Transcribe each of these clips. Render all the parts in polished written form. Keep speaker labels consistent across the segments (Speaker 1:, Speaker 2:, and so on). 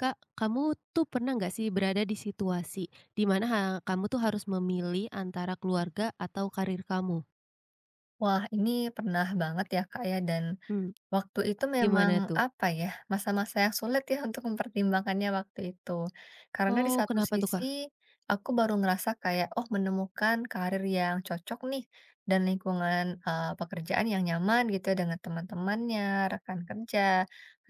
Speaker 1: Kak, kamu tuh pernah nggak sih berada di situasi di mana kamu tuh harus memilih antara keluarga atau karir kamu?
Speaker 2: Wah, ini pernah banget ya, Kak, ya,
Speaker 1: Mmm.
Speaker 2: waktu itu memang,
Speaker 1: Gimana tuh?
Speaker 2: apa ya, masa-masa yang sulit ya untuk mempertimbangkannya waktu itu. Karena di
Speaker 1: Oh,
Speaker 2: satu
Speaker 1: kenapa tuh,
Speaker 2: sisi,
Speaker 1: Kak?
Speaker 2: aku baru ngerasa kayak, oh menemukan karir yang cocok nih, dan lingkungan pekerjaan yang nyaman gitu ya, dengan teman-temannya, rekan kerja,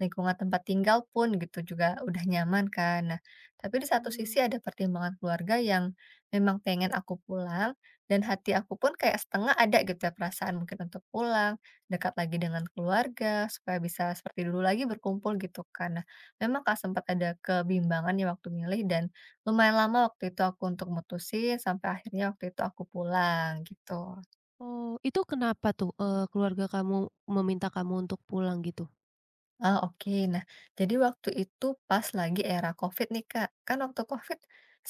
Speaker 2: lingkungan tempat tinggal pun gitu juga udah nyaman kan. Nah, tapi di satu
Speaker 1: Mmm.
Speaker 2: sisi ada pertimbangan keluarga yang memang pengen aku pulang, dan hati aku pun kayak setengah ada gitu ya perasaan mungkin untuk pulang, dekat lagi dengan keluarga, supaya bisa seperti dulu lagi berkumpul gitu kan. Nah, memang Kak sempat ada kebimbangan ya waktu milih dan lumayan lama waktu itu aku untuk mutusin sampai akhirnya waktu itu aku pulang gitu.
Speaker 1: Oh, itu kenapa tuh, keluarga kamu meminta kamu untuk pulang gitu?
Speaker 2: Ah, oke. Nah, jadi waktu itu pas lagi era COVID nih, Kak. Kan waktu COVID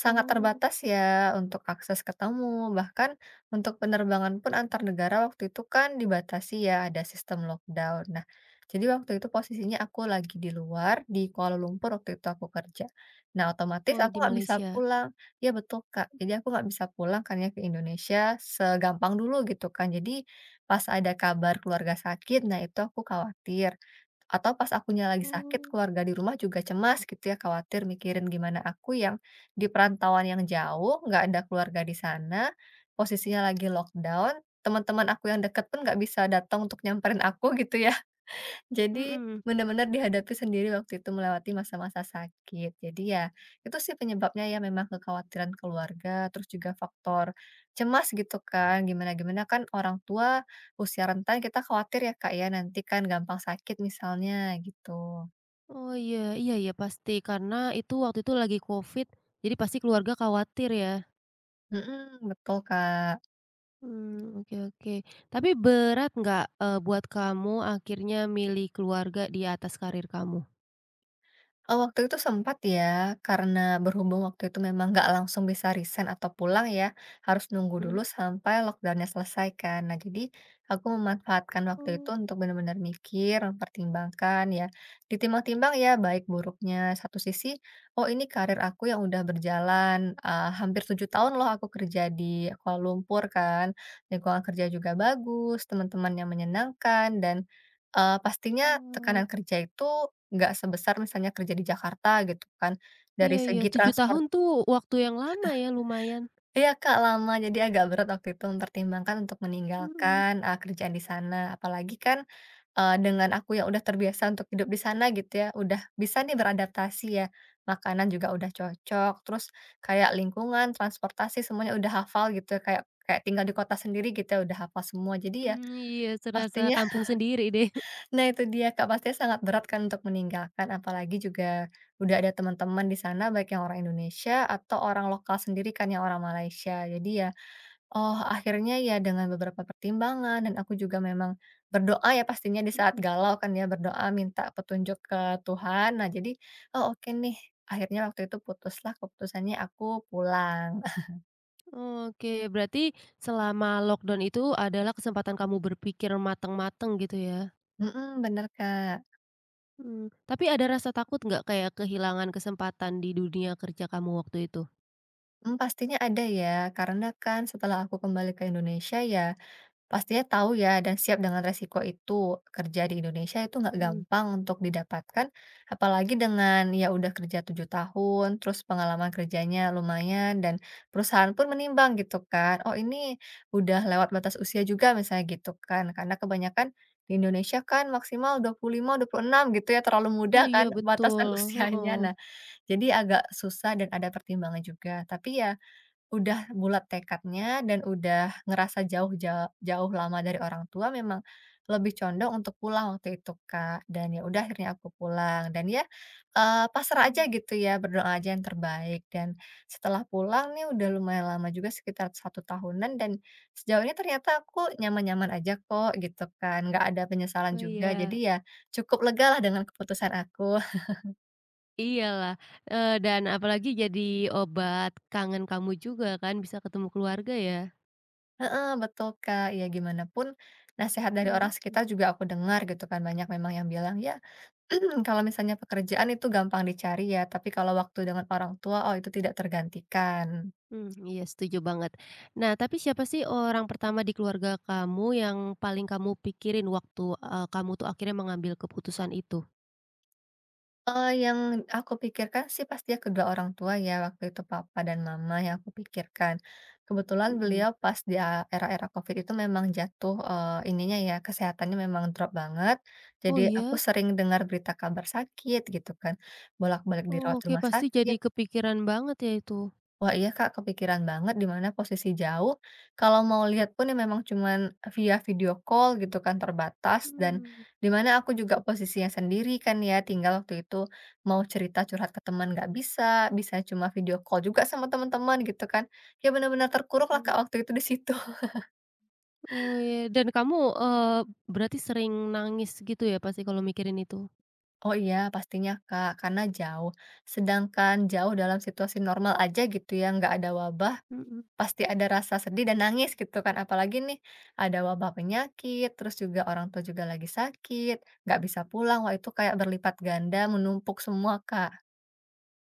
Speaker 2: sangat
Speaker 1: Oh.
Speaker 2: terbatas ya untuk akses ketemu, bahkan untuk penerbangan pun antar negara waktu itu kan dibatasi ya, ada sistem lockdown. Nah, jadi waktu itu posisinya aku lagi di luar, di Kuala Lumpur waktu itu aku kerja. Nah, otomatis
Speaker 1: Oh,
Speaker 2: aku
Speaker 1: di
Speaker 2: nggak bisa
Speaker 1: Malaysia.
Speaker 2: pulang. Ya betul, Kak. Jadi aku nggak bisa pulang kan ya ke Indonesia segampang dulu gitu kan. Jadi pas ada kabar keluarga sakit, nah itu aku khawatir. Atau pas akunya lagi sakit,
Speaker 1: Oh,
Speaker 2: keluarga di rumah juga cemas gitu ya, khawatir mikirin gimana aku yang di perantauan yang jauh, nggak ada keluarga di sana, posisinya lagi lockdown, teman-teman aku yang deket pun nggak bisa datang untuk nyamperin aku gitu ya. Jadi,
Speaker 1: mhm.
Speaker 2: benar-benar dihadapi sendiri waktu itu melewati masa-masa sakit. Jadi ya, itu sih penyebabnya ya memang kekhawatiran keluarga, terus juga faktor cemas gitu kan, gimana-gimana kan orang tua usia rentan kita khawatir ya Kak ya, nanti kan gampang sakit misalnya gitu.
Speaker 1: Oh, iya, iya, iya, pasti karena itu waktu itu lagi Covid, jadi pasti keluarga khawatir ya?
Speaker 2: Mhm, betul Kak.
Speaker 1: Mmm, oke, oke. Tapi berat nggak, buat kamu akhirnya milih keluarga di atas karir kamu?
Speaker 2: Waktu itu sempat ya, karena berhubung waktu itu memang nggak langsung bisa resign atau pulang ya, harus nunggu
Speaker 1: Mhm.
Speaker 2: dulu sampai lockdownnya selesai kan. Nah, jadi aku memanfaatkan waktu itu
Speaker 1: Oh,
Speaker 2: untuk benar-benar mikir, mempertimbangkan ya, ditimbang-timbang ya baik buruknya. Satu sisi, oh ini karir aku yang udah berjalan, hampir 7 tahun loh aku kerja di Kuala Lumpur kan, lingkungan kerja juga bagus, teman-teman yang menyenangkan dan, pastinya tekanan
Speaker 1: wow.
Speaker 2: kerja itu nggak sebesar misalnya kerja di Jakarta gitu kan, dari
Speaker 1: Iya, iya,
Speaker 2: segi
Speaker 1: 7
Speaker 2: transport.
Speaker 1: tahun tuh waktu yang lama ya, lumayan.
Speaker 2: Iya Kak, lama jadi agak berat waktu itu mempertimbangkan untuk
Speaker 1: Mhm.
Speaker 2: meninggalkan, kerjaan di sana apalagi kan, dengan aku yang udah terbiasa untuk hidup di sana gitu ya, udah bisa nih beradaptasi ya, makanan juga udah cocok, terus kayak lingkungan, transportasi semuanya udah hafal gitu ya, kayak kayak tinggal di kota sendiri gitu ya, udah hafal semua jadi ya
Speaker 1: Mmm, iya, serasa
Speaker 2: pastinya.
Speaker 1: kampung sendiri deh.
Speaker 2: Nah itu dia Kak, pastinya sangat berat kan untuk meninggalkan, apalagi juga udah ada teman-teman di sana baik yang orang Indonesia atau orang lokal sendiri kan yang orang Malaysia. Jadi ya, oh akhirnya ya dengan beberapa pertimbangan dan aku juga memang berdoa ya pastinya di saat
Speaker 1: Mhm.
Speaker 2: galau kan ya, berdoa minta petunjuk ke Tuhan. Nah jadi, oh oke nih, akhirnya waktu itu putuslah keputusannya aku pulang.
Speaker 1: Oke, berarti selama lockdown itu adalah kesempatan kamu berpikir mateng-mateng gitu ya?
Speaker 2: Mhm, bener Kak.
Speaker 1: Mmm, tapi ada rasa takut nggak kayak kehilangan kesempatan di dunia kerja kamu waktu itu?
Speaker 2: Mmm, pastinya ada ya, karena kan setelah aku kembali ke Indonesia ya pastinya tahu ya dan siap dengan resiko itu. Kerja di Indonesia itu nggak
Speaker 1: Mhm.
Speaker 2: gampang untuk didapatkan, apalagi dengan ya udah kerja 7 tahun, terus pengalaman kerjanya lumayan dan perusahaan pun menimbang gitu kan. Oh, ini udah lewat batas usia juga misalnya gitu kan. Karena kebanyakan di Indonesia kan maksimal dua 25 26 gitu ya, terlalu
Speaker 1: Oh
Speaker 2: muda
Speaker 1: iya,
Speaker 2: kan
Speaker 1: betul,
Speaker 2: batasan usianya.
Speaker 1: heeh.
Speaker 2: Nah, jadi agak susah dan ada pertimbangan juga. Tapi ya udah bulat tekadnya dan udah ngerasa jauh jauh jauh lama dari orang tua memang lebih condong untuk pulang waktu itu, Kak, dan ya udah akhirnya aku pulang dan ya, pasrah
Speaker 1: Mmm.
Speaker 2: aja gitu ya, berdoa aja yang terbaik dan setelah pulang nih udah lumayan lama juga sekitar satu tahunan dan sejauh ini ternyata aku nyaman-nyaman aja kok gitu kan, nggak ada penyesalan
Speaker 1: Oh
Speaker 2: juga jadi
Speaker 1: iya,
Speaker 2: ya cukup lega lah dengan keputusan aku.
Speaker 1: iyalah, dan apalagi jadi obat kangen kamu juga kan bisa ketemu keluarga ya?
Speaker 2: Heeh, betul Kak, ya gimana pun nasihat dari orang
Speaker 1: Mhm
Speaker 2: sekitar juga aku dengar gitu kan, banyak memang yang bilang, "Ya, kalau misalnya pekerjaan itu gampang dicari ya, tapi kalau waktu dengan orang tua, oh itu tidak tergantikan."
Speaker 1: mhm, iya setuju banget. Nah tapi siapa sih orang pertama di keluarga kamu yang paling kamu pikirin waktu, kamu tuh akhirnya mengambil keputusan itu?
Speaker 2: Yang aku pikirkan sih pasti ya kedua orang tua ya, waktu itu papa dan mama yang aku pikirkan. Kebetulan
Speaker 1: Mhm.
Speaker 2: beliau pas di era-era Covid itu memang jatuh, ininya ya, kesehatannya memang drop banget, jadi
Speaker 1: Oh
Speaker 2: aku
Speaker 1: iya?
Speaker 2: sering dengar berita kabar sakit gitu kan, bolak-balik dirawat
Speaker 1: Oh, oke,
Speaker 2: rumah
Speaker 1: pasti
Speaker 2: sakit.
Speaker 1: jadi kepikiran banget ya itu?
Speaker 2: Wah iya Kak, kepikiran banget di mana posisi jauh, kalau mau lihat pun ya memang cuman via video call gitu kan terbatas dan
Speaker 1: Mmm,
Speaker 2: di mana aku juga posisinya sendiri kan ya, tinggal waktu itu mau cerita curhat ke teman nggak bisa, bisa cuma video call juga sama teman-teman gitu kan. Ya benar-benar terkuruk lah
Speaker 1: mhm.
Speaker 2: Kak waktu itu di situ.
Speaker 1: Oh iya, dan kamu, eee, berarti sering nangis gitu ya pasti kalau mikirin itu?
Speaker 2: Oh iya pastinya Kak, karena jauh. Sedangkan jauh dalam situasi normal aja gitu ya, nggak ada wabah.
Speaker 1: Mhm.
Speaker 2: Pasti ada rasa sedih dan nangis gitu kan, apalagi nih ada wabah penyakit, terus juga orang tua juga lagi sakit, nggak bisa pulang, wah itu kayak berlipat ganda menumpuk semua Kak.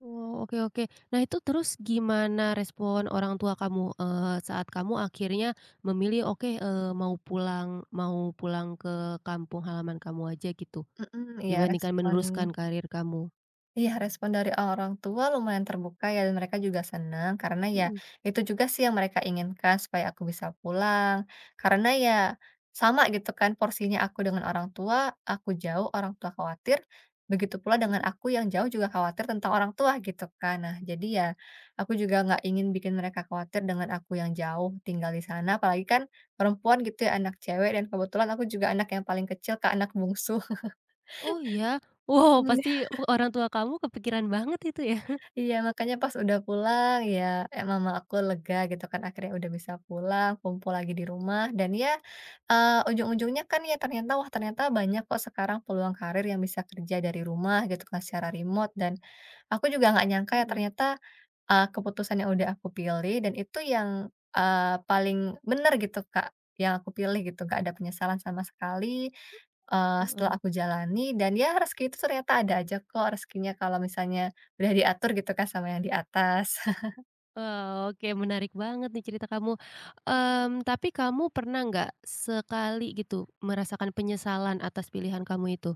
Speaker 1: Oh, oke, oke. Nah itu terus gimana respon orang tua kamu, saat kamu akhirnya memilih, oke, mau pulang ke kampung halaman kamu aja gitu,
Speaker 2: Mhm, iya
Speaker 1: dibandingkan
Speaker 2: respon.
Speaker 1: meneruskan karir kamu?
Speaker 2: Iya, respon dari orang tua lumayan terbuka ya, dan mereka juga senang karena ya
Speaker 1: Mhm
Speaker 2: itu juga sih yang mereka inginkan supaya aku bisa pulang. Karena ya sama gitu kan porsinya aku dengan orang tua, aku jauh, orang tua khawatir, begitu pula dengan
Speaker 1: mhm.
Speaker 2: aku yang jauh juga khawatir tentang orang tua gitu kan. Nah, jadi ya aku juga nggak ingin bikin mereka khawatir dengan aku yang jauh tinggal di sana, apalagi kan perempuan gitu ya, anak cewek dan kebetulan aku juga anak yang paling kecil, Kak, anak bungsu.
Speaker 1: Oh iya? Wow, pasti orang tua kamu kepikiran banget itu ya?
Speaker 2: Iya, makanya pas udah pulang ya, mama aku lega gitu kan akhirnya udah bisa pulang, kumpul lagi di rumah dan ya, ujung-ujungnya kan ya ternyata, wah ternyata banyak kok sekarang peluang karir yang bisa kerja dari rumah gitu kan secara remote dan aku juga nggak nyangka ya
Speaker 1: Mhm.
Speaker 2: ternyata. Keputusan yang udah aku pilih dan itu yang, paling bener gitu, Kak, yang aku pilih gitu, nggak ada penyesalan sama sekali, setelah
Speaker 1: Heeh.
Speaker 2: aku jalani dan ya rezeki itu ternyata ada aja kok rezekinya kalau misalnya udah diatur gitu kan sama yang di atas.
Speaker 1: Wah, oke, menarik banget nih cerita kamu. Mmm, tapi kamu pernah nggak sekali gitu merasakan penyesalan atas pilihan kamu itu?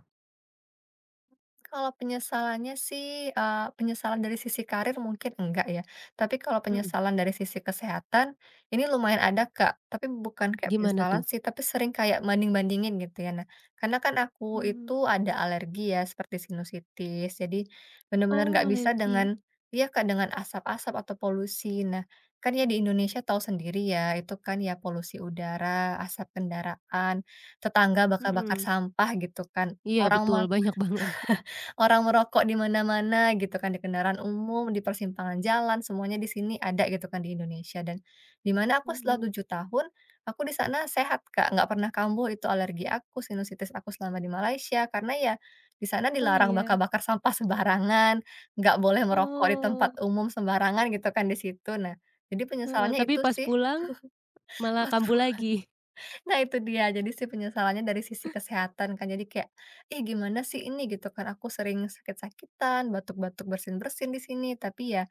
Speaker 2: Kalau penyesalannya sih, penyesalan dari sisi karir mungkin enggak ya, tapi kalau
Speaker 1: Mhm.
Speaker 2: penyesalan dari sisi kesehatan, ini lumayan ada, Kak. Tapi bukan kayak
Speaker 1: Gimana
Speaker 2: penyesalan sih, tapi sering kayak banding-bandingin gitu ya. Nah, karena kan aku itu
Speaker 1: tuh?
Speaker 2: ada alergi ya seperti sinusitis, jadi benar-benar
Speaker 1: Oh,
Speaker 2: nggak bisa
Speaker 1: alergi.
Speaker 2: dengan ya Kak, dengan asap-asap atau polusi. Nah, kan ya di Indonesia tahu sendiri ya, itu kan ya polusi udara, asap kendaraan, tetangga bakar-bakar
Speaker 1: Mhm,
Speaker 2: sampah gitu kan.
Speaker 1: iya
Speaker 2: Orang
Speaker 1: betul banyak banget.
Speaker 2: Orang merokok di mana-mana gitu kan, di kendaraan umum, di persimpangan jalan, semuanya di sini ada gitu kan di Indonesia dan di mana aku setelah
Speaker 1: Mhm.
Speaker 2: 7 tahun, aku di sana sehat Kak, nggak pernah kambuh itu alergi aku, sinusitis aku selama di Malaysia, karena ya di sana
Speaker 1: Oh
Speaker 2: dilarang
Speaker 1: iya,
Speaker 2: bakar-bakar sampah sembarangan, nggak boleh merokok di tempat
Speaker 1: oh,
Speaker 2: umum sembarangan gitu kan di situ. Nah, jadi
Speaker 1: heeh,
Speaker 2: penyesalannya
Speaker 1: tapi
Speaker 2: itu
Speaker 1: pas
Speaker 2: sih.
Speaker 1: pulang malah kambuh lagi?
Speaker 2: Nah itu dia, jadi sih penyesalannya dari sisi kesehatan kan, jadi kayak, "Ih gimana sih ini?" Gitu kan, "Aku sering sakit-sakitan, batuk-batuk, bersin-bersin di sini." Tapi ya,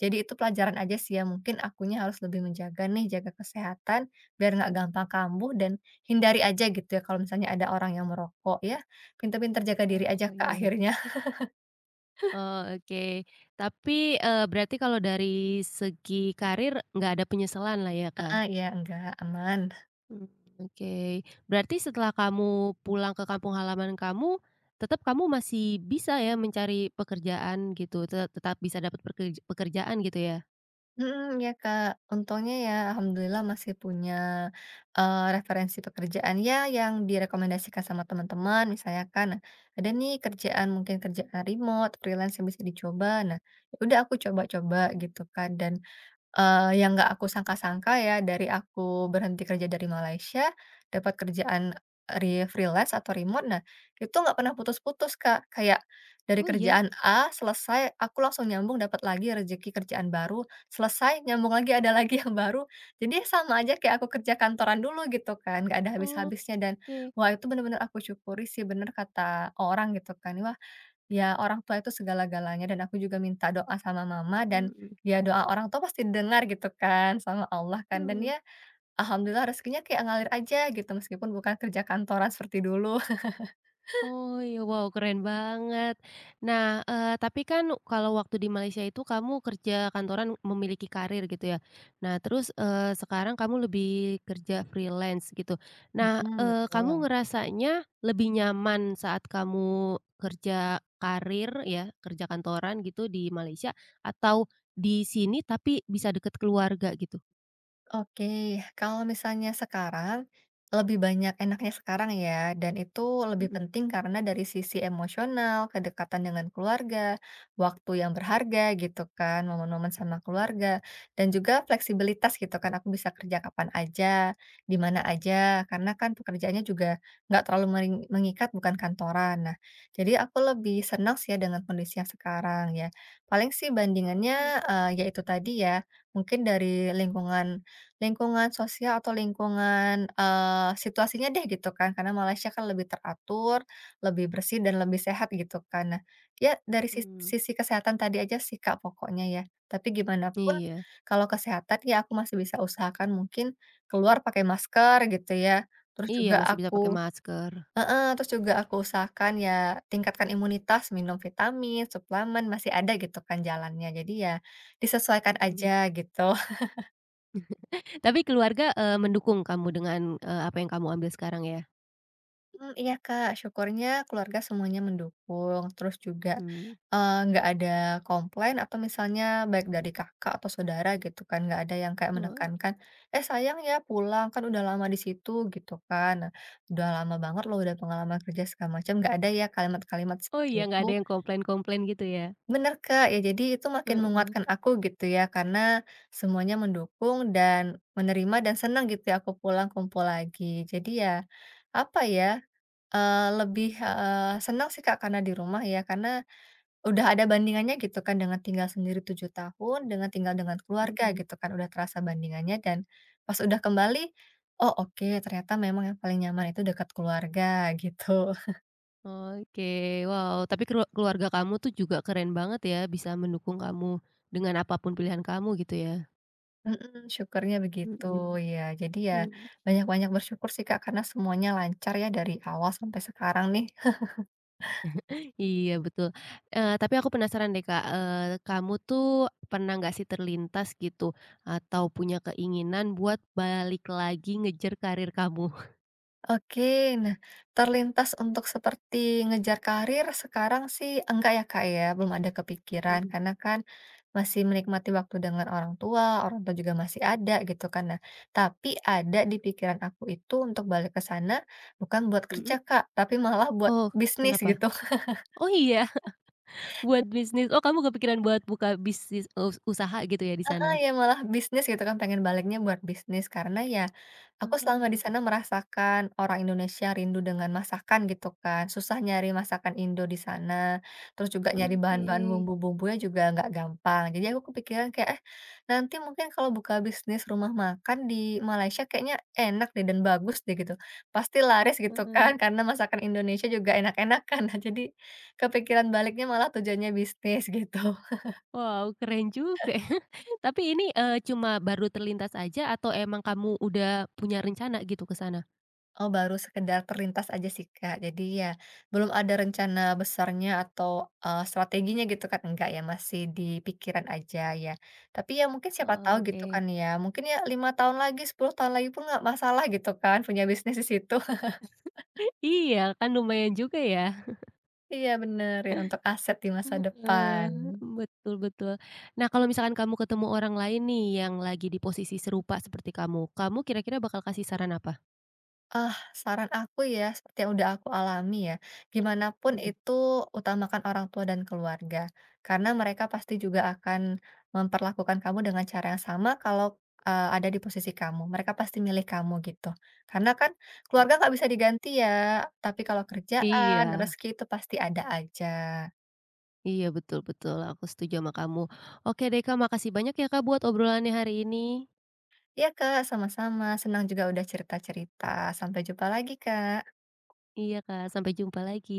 Speaker 2: jadi itu pelajaran aja sih ya, mungkin akunya harus lebih menjaga nih, jaga kesehatan, biar nggak gampang kambuh dan hindari aja gitu ya kalau misalnya ada orang yang merokok ya, pinter jaga diri aja
Speaker 1: Oh
Speaker 2: ke
Speaker 1: iya,
Speaker 2: akhirnya.
Speaker 1: oh oke. Tapi, berarti kalau dari segi karir nggak ada penyesalan lah ya,
Speaker 2: Ah
Speaker 1: Kak?
Speaker 2: ya enggak, aman.
Speaker 1: Mmm, oke. Berarti setelah kamu pulang ke kampung halaman kamu, tetap kamu masih bisa ya mencari pekerjaan gitu, tetap bisa dapat pekerjaan gitu ya?
Speaker 2: Mhm, ya Kak, untungnya ya alhamdulillah masih punya, referensi pekerjaan ya yang direkomendasikan sama teman-teman misalnya kan, nah ada nih kerjaan mungkin kerjaan remote, freelance yang bisa dicoba, nah ya udah aku coba-coba
Speaker 1: Mmm,
Speaker 2: gitu kan dan yang nggak aku sangka-sangka ya, dari aku berhenti kerja dari Malaysia, dapat kerjaan freelance atau remote, nah, itu nggak pernah putus-putus, Kak. Kayak dari
Speaker 1: oh iya?
Speaker 2: kerjaan A selesai, aku langsung nyambung dapat lagi rezeki kerjaan baru, selesai nyambung lagi, ada lagi yang baru. Jadi sama aja kayak aku kerja kantoran dulu gitu kan, nggak ada habis-habisnya dan,
Speaker 1: Oke.
Speaker 2: wah itu bener-bener aku syukuri sih, bener kata orang gitu kan, wah ya, orang tua itu segala-galanya dan aku juga minta doa sama mama dan
Speaker 1: Mhm
Speaker 2: ya doa orang tua pasti dengar gitu kan sama Allah kan dan
Speaker 1: mhm.
Speaker 2: ya alhamdulillah rezekinya kayak ngalir aja gitu meskipun bukan kerja kantoran seperti dulu.
Speaker 1: Oh iya, wow keren banget. Nah, tapi kan kalau waktu di Malaysia itu kamu kerja kantoran memiliki karir gitu ya. Nah terus, sekarang kamu lebih kerja freelance gitu. Nah,
Speaker 2: Mhm,
Speaker 1: kamu
Speaker 2: betul.
Speaker 1: ngerasanya lebih nyaman saat kamu kerja karir ya, kerja kantoran gitu di Malaysia atau di sini tapi bisa deket keluarga gitu?
Speaker 2: Oke, kalau misalnya sekarang, lebih banyak enaknya sekarang ya, dan itu lebih
Speaker 1: Mhm,
Speaker 2: penting karena dari sisi emosional, kedekatan dengan keluarga, waktu yang berharga gitu kan, momen-momen sama keluarga, dan juga fleksibilitas gitu kan, aku bisa kerja kapan aja, di mana aja, karena kan pekerjaannya juga nggak terlalu mengikat, bukan kantoran. Nah, jadi aku lebih senang sih ya dengan kondisi yang sekarang ya. Paling sih
Speaker 1: oke,
Speaker 2: bandingannya yaitu tadi ya, mungkin dari lingkungan Lingkungan sosial atau lingkungan, situasinya deh gitu kan, karena Malaysia kan lebih teratur, lebih bersih dan lebih sehat gitu kan. Nah, ya dari
Speaker 1: mmm,
Speaker 2: sisi kesehatan tadi aja sih Kak pokoknya ya, tapi gimana pun
Speaker 1: iya
Speaker 2: kalau kesehatan ya aku masih bisa usahakan mungkin keluar pakai masker gitu ya, terus
Speaker 1: iya
Speaker 2: juga
Speaker 1: masih bisa pakai
Speaker 2: aku
Speaker 1: masker,
Speaker 2: heeh, terus juga aku usahakan ya tingkatkan imunitas, minum vitamin, suplemen, masih ada gitu kan jalannya, jadi ya disesuaikan
Speaker 1: mhm.
Speaker 2: aja gitu.
Speaker 1: Tapi keluarga, mendukung kamu dengan, apa yang kamu ambil sekarang ya?
Speaker 2: Mmm, iya, Kak, syukurnya keluarga semuanya mendukung, terus juga,
Speaker 1: Mmm,
Speaker 2: nggak ada komplain atau misalnya baik dari kakak atau saudara gitu kan, nggak ada yang kayak
Speaker 1: oh
Speaker 2: menekankan, "Eh, sayang ya pulang, kan udah lama di situ," gitu kan. Nah, "Udah lama banget loh, udah pengalaman kerja segala macam," nggak ada ya kalimat-kalimat
Speaker 1: oh
Speaker 2: seperti
Speaker 1: iya nggak
Speaker 2: itu.
Speaker 1: ada yang komplain-komplain gitu ya?
Speaker 2: Bener, Kak, ya jadi itu makin
Speaker 1: Heeh,
Speaker 2: menguatkan aku gitu ya, karena semuanya mendukung dan menerima dan senang gitu ya aku pulang kumpul lagi. Jadi ya, apa ya, lebih, senang sih Kak karena di rumah ya, karena udah ada bandingannya gitu kan dengan tinggal sendiri 7 tahun, dengan tinggal dengan keluarga
Speaker 1: mhm.
Speaker 2: gitu kan, udah terasa bandingannya dan pas udah kembali, oh oke ternyata memang yang paling nyaman itu dekat keluarga gitu.
Speaker 1: Oke, wow, tapi keluarga kamu tuh juga keren banget ya bisa mendukung kamu dengan apa pun pilihan kamu gitu ya?
Speaker 2: Mhm, syukurnya begitu
Speaker 1: Mhm,
Speaker 2: ya. Jadi ya
Speaker 1: mhm,
Speaker 2: banyak-banyak bersyukur sih Kak karena semuanya lancar ya dari awal sampai sekarang nih.
Speaker 1: iya betul. Eee, tapi aku penasaran deh Kak, kamu tuh pernah nggak sih terlintas gitu atau punya keinginan buat balik lagi ngejar karir kamu?
Speaker 2: Oke, nah terlintas untuk seperti ngejar karir sekarang sih enggak ya Kak ya, belum ada kepikiran
Speaker 1: Mhm,
Speaker 2: karena kan masih menikmati waktu dengan orang tua juga masih ada gitu kan. Nah, tapi ada di pikiran aku itu untuk balik ke sana bukan buat kerja
Speaker 1: mhm?
Speaker 2: Kak, tapi malah buat
Speaker 1: Oh,
Speaker 2: bisnis
Speaker 1: kenapa?
Speaker 2: gitu.
Speaker 1: Oh iya? Buat bisnis. Oh kamu kepikiran buat buka bisnis usaha gitu ya di
Speaker 2: Heeh,
Speaker 1: sana?
Speaker 2: ya malah bisnis gitu kan, pengen baliknya buat bisnis. Karena ya, aku selama di
Speaker 1: Eee,
Speaker 2: sana merasakan orang Indonesia rindu dengan masakan gitu kan, susah nyari masakan Indo di sana, terus juga mhm, nyari
Speaker 1: oke,
Speaker 2: bahan-bahan bumbu-bumbunya juga nggak gampang. Jadi aku kepikiran kayak, eh nanti mungkin kalau buka bisnis rumah makan di Malaysia kayaknya enak deh dan bagus deh gitu. Pasti laris gitu
Speaker 1: heeh.
Speaker 2: kan, karena masakan Indonesia juga enak-enak kan. Nah jadi kepikiran baliknya malah tujuannya bisnis gitu.
Speaker 1: Wow keren juga Tapi ini, cuma baru terlintas aja atau emang kamu udah punya rencana gitu ke sana?
Speaker 2: Oh, baru sekedar terlintas aja sih, Kak. Jadi ya belum ada rencana besarnya atau, strateginya gitu kan, enggak ya, masih di pikiran aja ya. Tapi ya mungkin siapa tahu gitu
Speaker 1: Oke.
Speaker 2: kan ya, mungkin ya 5 tahun lagi, 10 tahun lagi pun nggak masalah gitu kan, punya bisnis di situ.
Speaker 1: Iya kan lumayan juga ya.
Speaker 2: Iya bener, ya untuk aset di masa depan.
Speaker 1: Heeh. Betul, betul. Nah kalau misalkan kamu ketemu orang lain nih yang lagi di posisi serupa seperti kamu, kamu kira-kira bakal kasih saran apa?
Speaker 2: Ah, saran aku ya, seperti yang udah aku alami ya, gimana pun
Speaker 1: Mhm.
Speaker 2: itu utamakan orang tua dan keluarga. Karena mereka pasti juga akan memperlakukan kamu dengan cara yang sama kalau eh, ada di posisi kamu. Mereka pasti milih kamu gitu. Karena kan keluarga nggak bisa diganti ya, tapi kalau kerjaan,
Speaker 1: Iya.
Speaker 2: rezeki itu pasti ada aja.
Speaker 1: Iya, betul, betul, aku setuju sama kamu. Oke deh Kak, makasih banyak ya Kak buat obrolannya hari ini.
Speaker 2: Iya Kak, sama-sama. Senang juga udah cerita-cerita. Sampai jumpa lagi Kak.
Speaker 1: Iya Kak, sampai jumpa lagi.